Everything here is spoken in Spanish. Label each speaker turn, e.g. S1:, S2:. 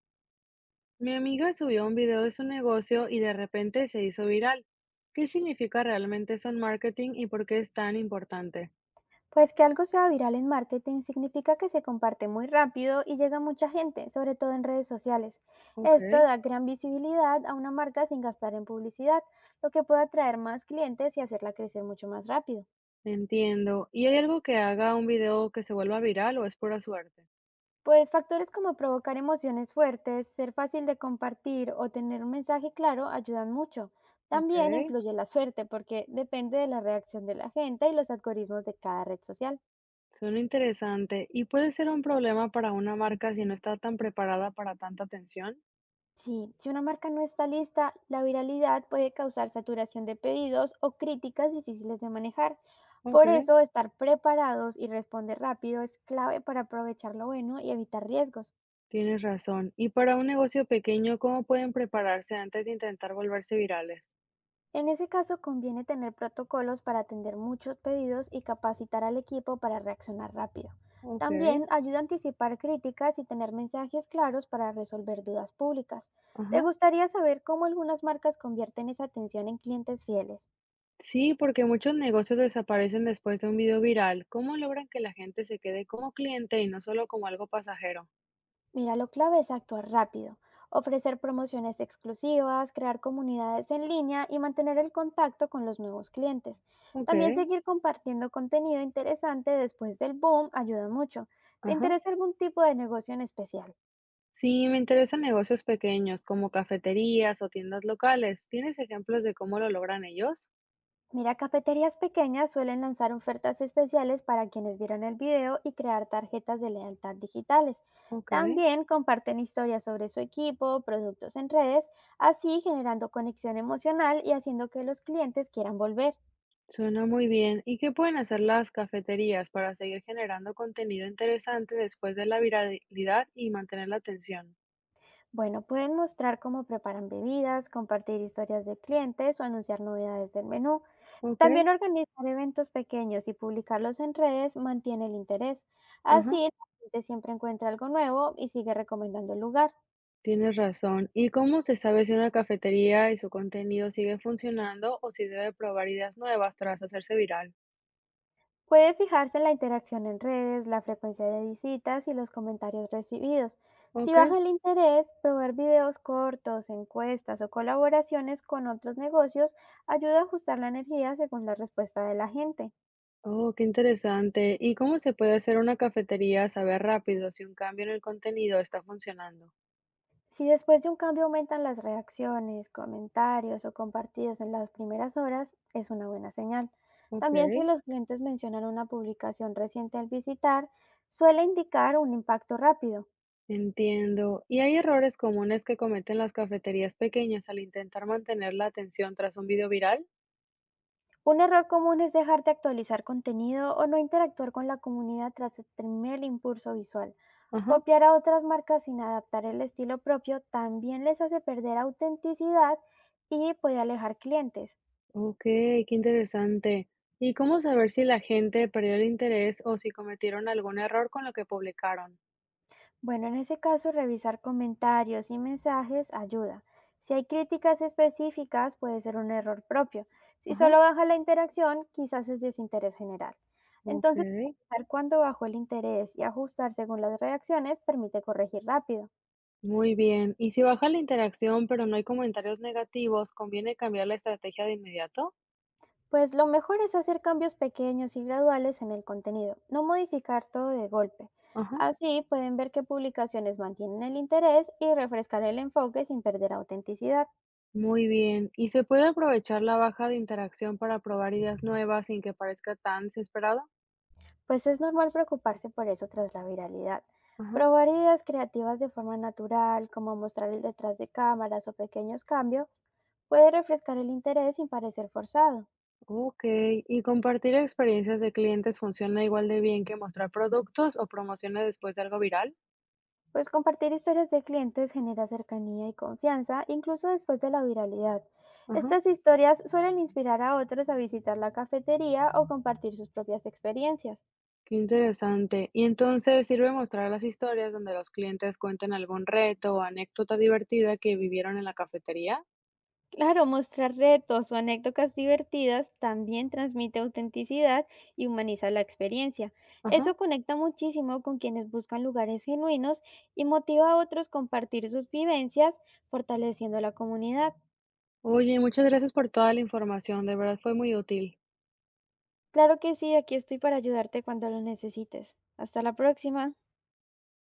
S1: Mi amiga subió un video de su negocio y de repente se hizo viral. ¿Qué significa realmente eso en marketing y por qué es tan importante?
S2: Pues que algo sea viral en marketing significa que se comparte muy rápido y llega a mucha gente, sobre todo en redes sociales.
S1: Ok,
S2: Esto da gran visibilidad a una marca sin gastar en publicidad, lo que puede atraer más clientes y hacerla crecer mucho más rápido.
S1: entiendo. ¿Y hay algo que haga un video que se vuelva viral o es pura suerte?
S2: Pues factores como provocar emociones fuertes, ser fácil de compartir o tener un mensaje claro ayudan mucho.
S1: Ok,
S2: También influye la suerte porque depende de la reacción de la gente y los algoritmos de cada red social.
S1: suena interesante. ¿Y puede ser un problema para una marca si no está tan preparada para tanta atención?
S2: Sí, si una marca no está lista, la viralidad puede causar saturación de pedidos o críticas difíciles de manejar.
S1: Ok,
S2: Por eso, estar preparados y responder rápido es clave para aprovechar lo bueno y evitar riesgos.
S1: tienes razón. ¿Y para un negocio pequeño, cómo pueden prepararse antes de intentar volverse virales?
S2: En ese caso, conviene tener protocolos para atender muchos pedidos y capacitar al equipo para reaccionar rápido.
S1: Ok,
S2: También ayuda a anticipar críticas y tener mensajes claros para resolver dudas públicas.
S1: ajá.
S2: ¿Te gustaría saber cómo algunas marcas convierten esa atención en clientes fieles?
S1: Sí, porque muchos negocios desaparecen después de un video viral. ¿Cómo logran que la gente se quede como cliente y no solo como algo pasajero?
S2: Mira, lo clave es actuar rápido, ofrecer promociones exclusivas, crear comunidades en línea y mantener el contacto con los nuevos clientes.
S1: Ok,
S2: También seguir compartiendo contenido interesante después del boom ayuda mucho. ¿Te
S1: ajá.
S2: interesa algún tipo de negocio en especial?
S1: Sí, me interesan negocios pequeños como cafeterías o tiendas locales. ¿Tienes ejemplos de cómo lo logran ellos?
S2: Mira, cafeterías pequeñas suelen lanzar ofertas especiales para quienes vieron el video y crear tarjetas de lealtad digitales.
S1: Ok,
S2: También comparten historias sobre su equipo, productos en redes, así generando conexión emocional y haciendo que los clientes quieran volver.
S1: suena muy bien. ¿Y qué pueden hacer las cafeterías para seguir generando contenido interesante después de la viralidad y mantener la atención?
S2: Bueno, pueden mostrar cómo preparan bebidas, compartir historias de clientes o anunciar novedades del menú.
S1: Ok,
S2: También organizar eventos pequeños y publicarlos en redes mantiene el interés. Así,
S1: ajá.
S2: la gente siempre encuentra algo nuevo y sigue recomendando el lugar.
S1: Tienes razón. ¿Y cómo se sabe si una cafetería y su contenido sigue funcionando o si debe probar ideas nuevas tras hacerse viral?
S2: Puede fijarse en la interacción en redes, la frecuencia de visitas y los comentarios recibidos. Si
S1: Ok.
S2: baja el interés, probar videos cortos, encuestas o colaboraciones con otros negocios ayuda a ajustar la energía según la respuesta de la gente.
S1: Oh, qué interesante. ¿Y cómo se puede hacer una cafetería saber rápido si un cambio en el contenido está funcionando?
S2: Si después de un cambio aumentan las reacciones, comentarios o compartidos en las primeras horas, es una buena señal.
S1: Ok.
S2: También si los clientes mencionan una publicación reciente al visitar, suele indicar un impacto rápido.
S1: Entiendo. ¿Y hay errores comunes que cometen las cafeterías pequeñas al intentar mantener la atención tras un video viral?
S2: Un error común es dejar de actualizar contenido o no interactuar con la comunidad tras el primer impulso visual.
S1: Ajá.
S2: Copiar a otras marcas sin adaptar el estilo propio también les hace perder autenticidad y puede alejar clientes.
S1: Ok, qué interesante. ¿Y cómo saber si la gente perdió el interés o si cometieron algún error con lo que publicaron?
S2: Bueno, en ese caso, revisar comentarios y mensajes ayuda. Si hay críticas específicas, puede ser un error propio. Si
S1: Ajá,
S2: solo baja la interacción, quizás es desinterés general. Entonces,
S1: okey,
S2: saber cuándo bajó el interés y ajustar según las reacciones permite corregir rápido.
S1: muy bien. Y si baja la interacción, pero no hay comentarios negativos, ¿conviene cambiar la estrategia de inmediato?
S2: Pues lo mejor es hacer cambios pequeños y graduales en el contenido, no modificar todo de golpe.
S1: Ajá,
S2: Así pueden ver qué publicaciones mantienen el interés y refrescar el enfoque sin perder autenticidad,
S1: muy bien. ¿Y se puede aprovechar la baja de interacción para probar ideas nuevas sin que parezca tan desesperado?
S2: pues es normal preocuparse por eso tras la viralidad.
S1: Ajá,
S2: Probar ideas creativas de forma natural, como mostrar el detrás de cámaras o pequeños cambios, puede refrescar el interés sin parecer forzado.
S1: okey. ¿Y compartir experiencias de clientes funciona igual de bien que mostrar productos o promociones después de algo viral?
S2: Pues compartir historias de clientes genera cercanía y confianza, incluso después de la viralidad.
S1: Ajá,
S2: Estas historias suelen inspirar a otros a visitar la cafetería o compartir sus propias experiencias.
S1: qué interesante. Y entonces, ¿sirve mostrar las historias donde los clientes cuenten algún reto o anécdota divertida que vivieron en la cafetería?
S2: Claro, mostrar retos o anécdotas divertidas también transmite autenticidad y humaniza la experiencia.
S1: Ajá.
S2: Eso conecta muchísimo con quienes buscan lugares genuinos y motiva a otros a compartir sus vivencias, fortaleciendo la comunidad.
S1: Oye, muchas gracias por toda la información, de verdad fue muy útil.
S2: Claro que sí, aquí estoy para ayudarte cuando lo necesites. Hasta la próxima.